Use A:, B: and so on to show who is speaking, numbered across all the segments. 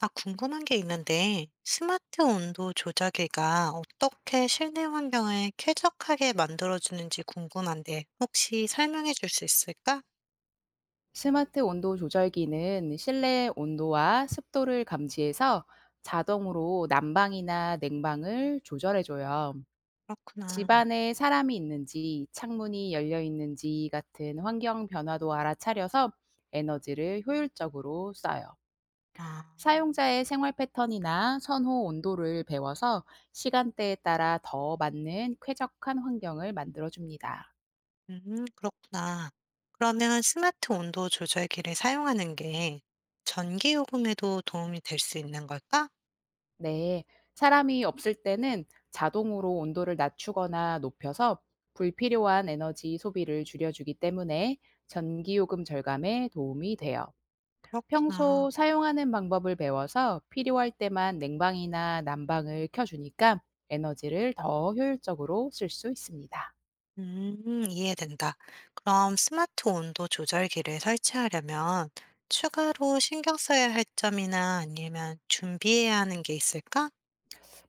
A: 아, 궁금한 게 있는데, 스마트 온도 조작기가 어떻게 실내 환경을 쾌적하게 만들어주는지 궁금한데, 혹시 설명해 줄 수 있을까?
B: 스마트 온도 조절기는 실내 온도와 습도를 감지해서 자동으로 난방이나 냉방을 조절해줘요.
A: 그렇구나.
B: 집안에 사람이 있는지, 창문이 열려 있는지 같은 환경 변화도 알아차려서 에너지를 효율적으로 써요.
A: 아,
B: 사용자의 생활 패턴이나 선호 온도를 배워서 시간대에 따라 더 맞는 쾌적한 환경을 만들어줍니다.
A: 그렇구나. 그러면 스마트 온도 조절기를 사용하는 게 전기 요금에도 도움이 될 수 있는 걸까?
B: 네, 사람이 없을 때는 자동으로 온도를 낮추거나 높여서 불필요한 에너지 소비를 줄여주기 때문에 전기요금 절감에 도움이 돼요.
A: 그렇구나.
B: 평소 사용하는 방법을 배워서 필요할 때만 냉방이나 난방을 켜주니까 에너지를 더 효율적으로 쓸 수 있습니다.
A: 이해된다. 그럼 스마트 온도 조절기를 설치하려면 추가로 신경 써야 할 점이나 아니면 준비해야 하는 게 있을까?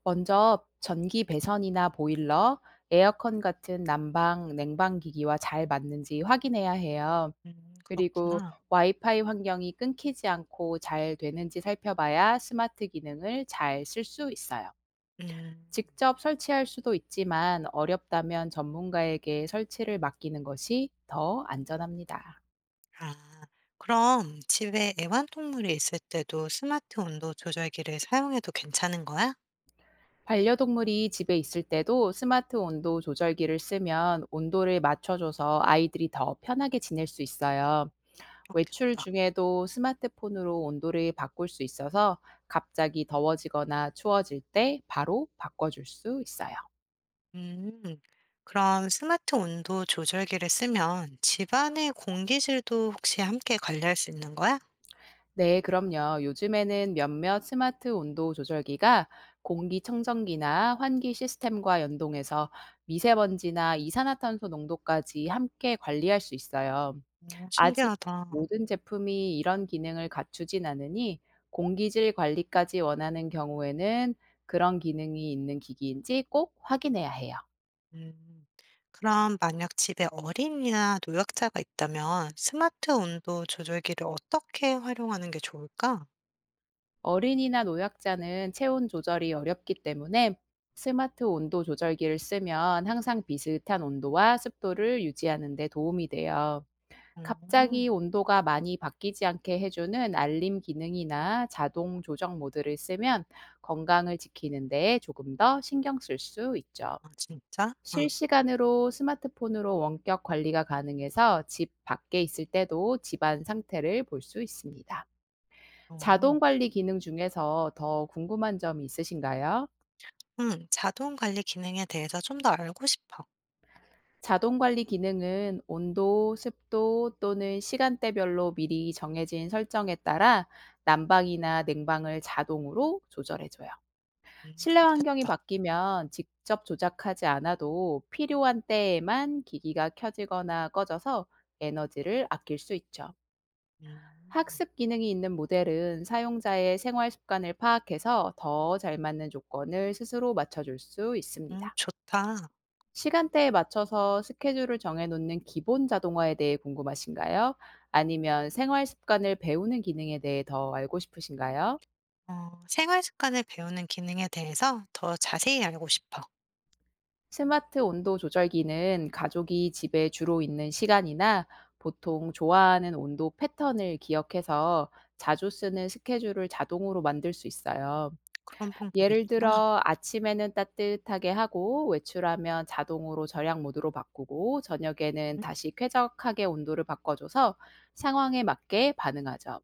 B: 먼저 전기 배선이나 보일러, 에어컨 같은 난방, 냉방 기기와 잘 맞는지 확인해야 해요. 그리고
A: 그렇구나.
B: 와이파이 환경이 끊기지 않고 잘 되는지 살펴봐야 스마트 기능을 잘 쓸 수 있어요.
A: 음,
B: 직접 설치할 수도 있지만 어렵다면 전문가에게 설치를 맡기는 것이 더 안전합니다.
A: 아, 그럼 집에 애완동물이 있을 때도 스마트 온도 조절기를 사용해도 괜찮은 거야?
B: 반려동물이 집에 있을 때도 스마트 온도 조절기를 쓰면 온도를 맞춰줘서 아이들이 더 편하게 지낼 수 있어요. 외출
A: 그렇겠다.
B: 중에도 스마트폰으로 온도를 바꿀 수 있어서 갑자기 더워지거나 추워질 때 바로 바꿔줄 수 있어요.
A: 음, 그럼 스마트 온도 조절기를 쓰면 집안의 공기질도 혹시 함께 관리할 수 있는 거야?
B: 네, 그럼요. 요즘에는 몇몇 스마트 온도 조절기가 공기청정기나 환기 시스템과 연동해서 미세먼지나 이산화탄소 농도까지 함께 관리할 수 있어요.
A: 오,
B: 아직
A: 신기하다.
B: 모든 제품이 이런 기능을 갖추진 않으니, 공기질 관리까지 원하는 경우에는 그런 기능이 있는 기기인지 꼭 확인해야 해요.
A: 음. 그럼 만약 집에 어린이나 노약자가 있다면 스마트 온도 조절기를 어떻게 활용하는 게 좋을까?
B: 어린이나 노약자는 체온 조절이 어렵기 때문에, 스마트 온도 조절기를 쓰면 항상 비슷한 온도와 습도를 유지하는 데 도움이 돼요. 갑자기
A: 음.
B: 온도가 많이 바뀌지 않게 해주는 알림 기능이나 자동 조정 모드를 쓰면, 건강을 지키는 데 조금 더 신경 쓸 수 있죠.
A: 아 진짜? 아.
B: 실시간으로 스마트폰으로 원격 관리가 가능해서 집 밖에 있을 때도 집안 상태를 볼 수 있습니다. 자동
A: 어.
B: 관리 기능 중에서 더 궁금한 점이 있으신가요?
A: 음. 자동 관리 기능에 대해서 좀 더 알고 싶어.
B: 자동 관리 기능은 온도, 습도 또는 시간대별로 미리 정해진 설정에 따라 난방이나 냉방을 자동으로 조절해줘요. 실내 환경이
A: 그렇겠다.
B: 바뀌면 직접 조작하지 않아도 필요한 때에만 기기가 켜지거나 꺼져서 에너지를 아낄 수 있죠.
A: 음.
B: 학습 기능이 있는 모델은 사용자의 생활 습관을 파악해서 더 잘 맞는 조건을 스스로 맞춰줄 수 있습니다.
A: 좋다.
B: 시간대에 맞춰서 스케줄을 정해놓는 기본 자동화에 대해 궁금하신가요? 아니면 생활 습관을 배우는 기능에 대해 더 알고 싶으신가요?
A: 어 생활 습관을 배우는 기능에 대해서 더 자세히 알고 싶어.
B: 스마트 온도 조절기는 가족이 집에 주로 있는 시간이나 보통 좋아하는 온도 패턴을 기억해서 자주 쓰는 스케줄을 자동으로 만들 수 있어요.
A: 그런 방법이
B: 예를
A: 있구나.
B: 들어 아침에는 따뜻하게 하고, 외출하면 자동으로 절약 모드로 바꾸고, 저녁에는
A: 음.
B: 다시 쾌적하게 온도를 바꿔줘서 상황에 맞게 반응하죠.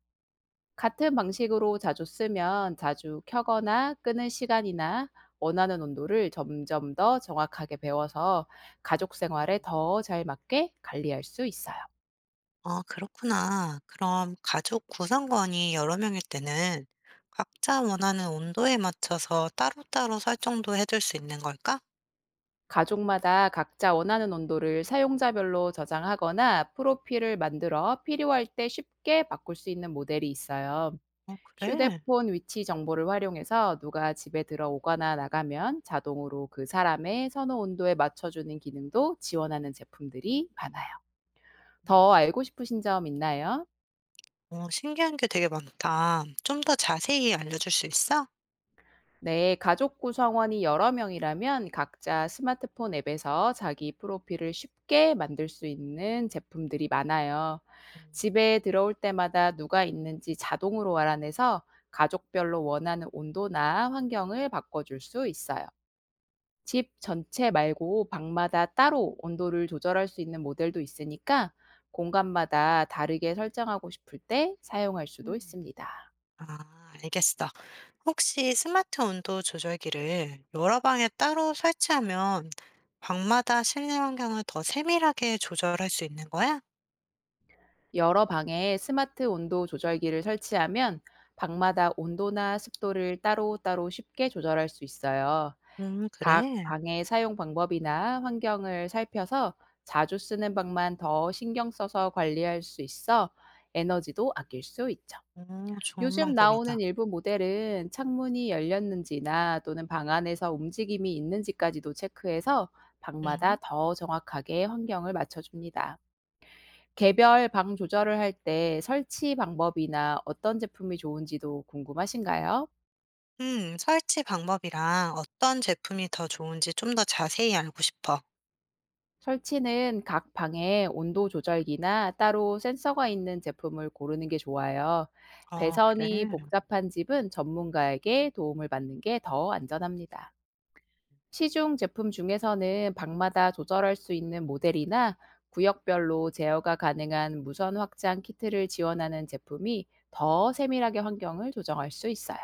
B: 같은 방식으로 자주 쓰면 자주 켜거나 끄는 시간이나 원하는 온도를 점점 더 정확하게 배워서 가족 생활에
A: 음.
B: 더 잘 맞게 관리할 수 있어요.
A: 아 그렇구나. 그럼 가족 구성원이 여러 명일 때는 각자 원하는 온도에 맞춰서 따로따로 설정도 해줄 수 있는 걸까?
B: 가족마다 각자 원하는 온도를 사용자별로 저장하거나 프로필을 만들어 필요할 때 쉽게 바꿀 수 있는 모델이 있어요.
A: 어 그래?
B: 휴대폰 위치 정보를 활용해서 누가 집에 들어오거나 나가면 자동으로 그 사람의 선호 온도에 맞춰주는 기능도 지원하는 제품들이 많아요. 더
A: 음.
B: 알고 싶으신 점 있나요?
A: 어 신기한 게 되게 많다. 좀 더 자세히 알려줄 수 있어?
B: 네, 가족 구성원이 여러 명이라면 각자 스마트폰 앱에서 자기 프로필을 쉽게 만들 수 있는 제품들이 많아요. 집에 들어올 때마다 누가 있는지 자동으로 알아내서 가족별로 원하는 온도나 환경을 바꿔줄 수 있어요. 집 전체 말고 방마다 따로 온도를 조절할 수 있는 모델도 있으니까, 공간마다 다르게 설정하고 싶을 때 사용할 수도
A: 음.
B: 있습니다.
A: 아 알겠어. 혹시 스마트 온도 조절기를 여러 방에 따로 설치하면 방마다 실내 환경을 더 세밀하게 조절할 수 있는 거야?
B: 여러 방에 스마트 온도 조절기를 설치하면 방마다 온도나 습도를 따로따로 쉽게 조절할 수 있어요. 각
A: 그래?
B: 방의 사용 방법이나 환경을 살펴서 자주 쓰는 방만 더 신경 써서 관리할 수 있어 에너지도 아낄 수 있죠.
A: 어 좋은
B: 요즘 나오는
A: 방법이다.
B: 일부 모델은 창문이 열렸는지나 또는 방 안에서 움직임이 있는지까지도 체크해서 방마다
A: 음.
B: 더 정확하게 환경을 맞춰줍니다. 개별 방 조절을 할 때 설치 방법이나 어떤 제품이 좋은지도 궁금하신가요?
A: 설치 방법이랑 어떤 제품이 더 좋은지 좀 더 자세히 알고 싶어.
B: 설치는 각 방에 온도 조절기나 따로 센서가 있는 제품을 고르는 게 좋아요.
A: 어, 그래.
B: 배선이 복잡한 집은 전문가에게 도움을 받는 게 더 안전합니다. 시중 제품 중에서는 방마다 조절할 수 있는 모델이나 구역별로 제어가 가능한 무선 확장 키트를 지원하는 제품이 더 세밀하게 환경을 조정할 수 있어요.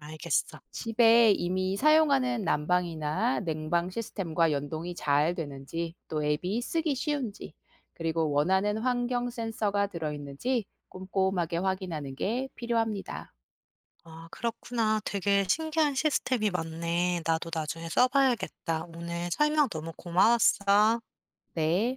A: 알겠어.
B: 집에 이미 사용하는 난방이나 냉방 시스템과 연동이 잘 되는지, 또 앱이 쓰기 쉬운지, 그리고 원하는 환경 센서가 들어있는지 꼼꼼하게 확인하는 게 필요합니다.
A: 아, 그렇구나. 되게 신기한 시스템이 많네. 나도 나중에 써봐야겠다. 오늘 설명 너무 고마웠어.
B: 네.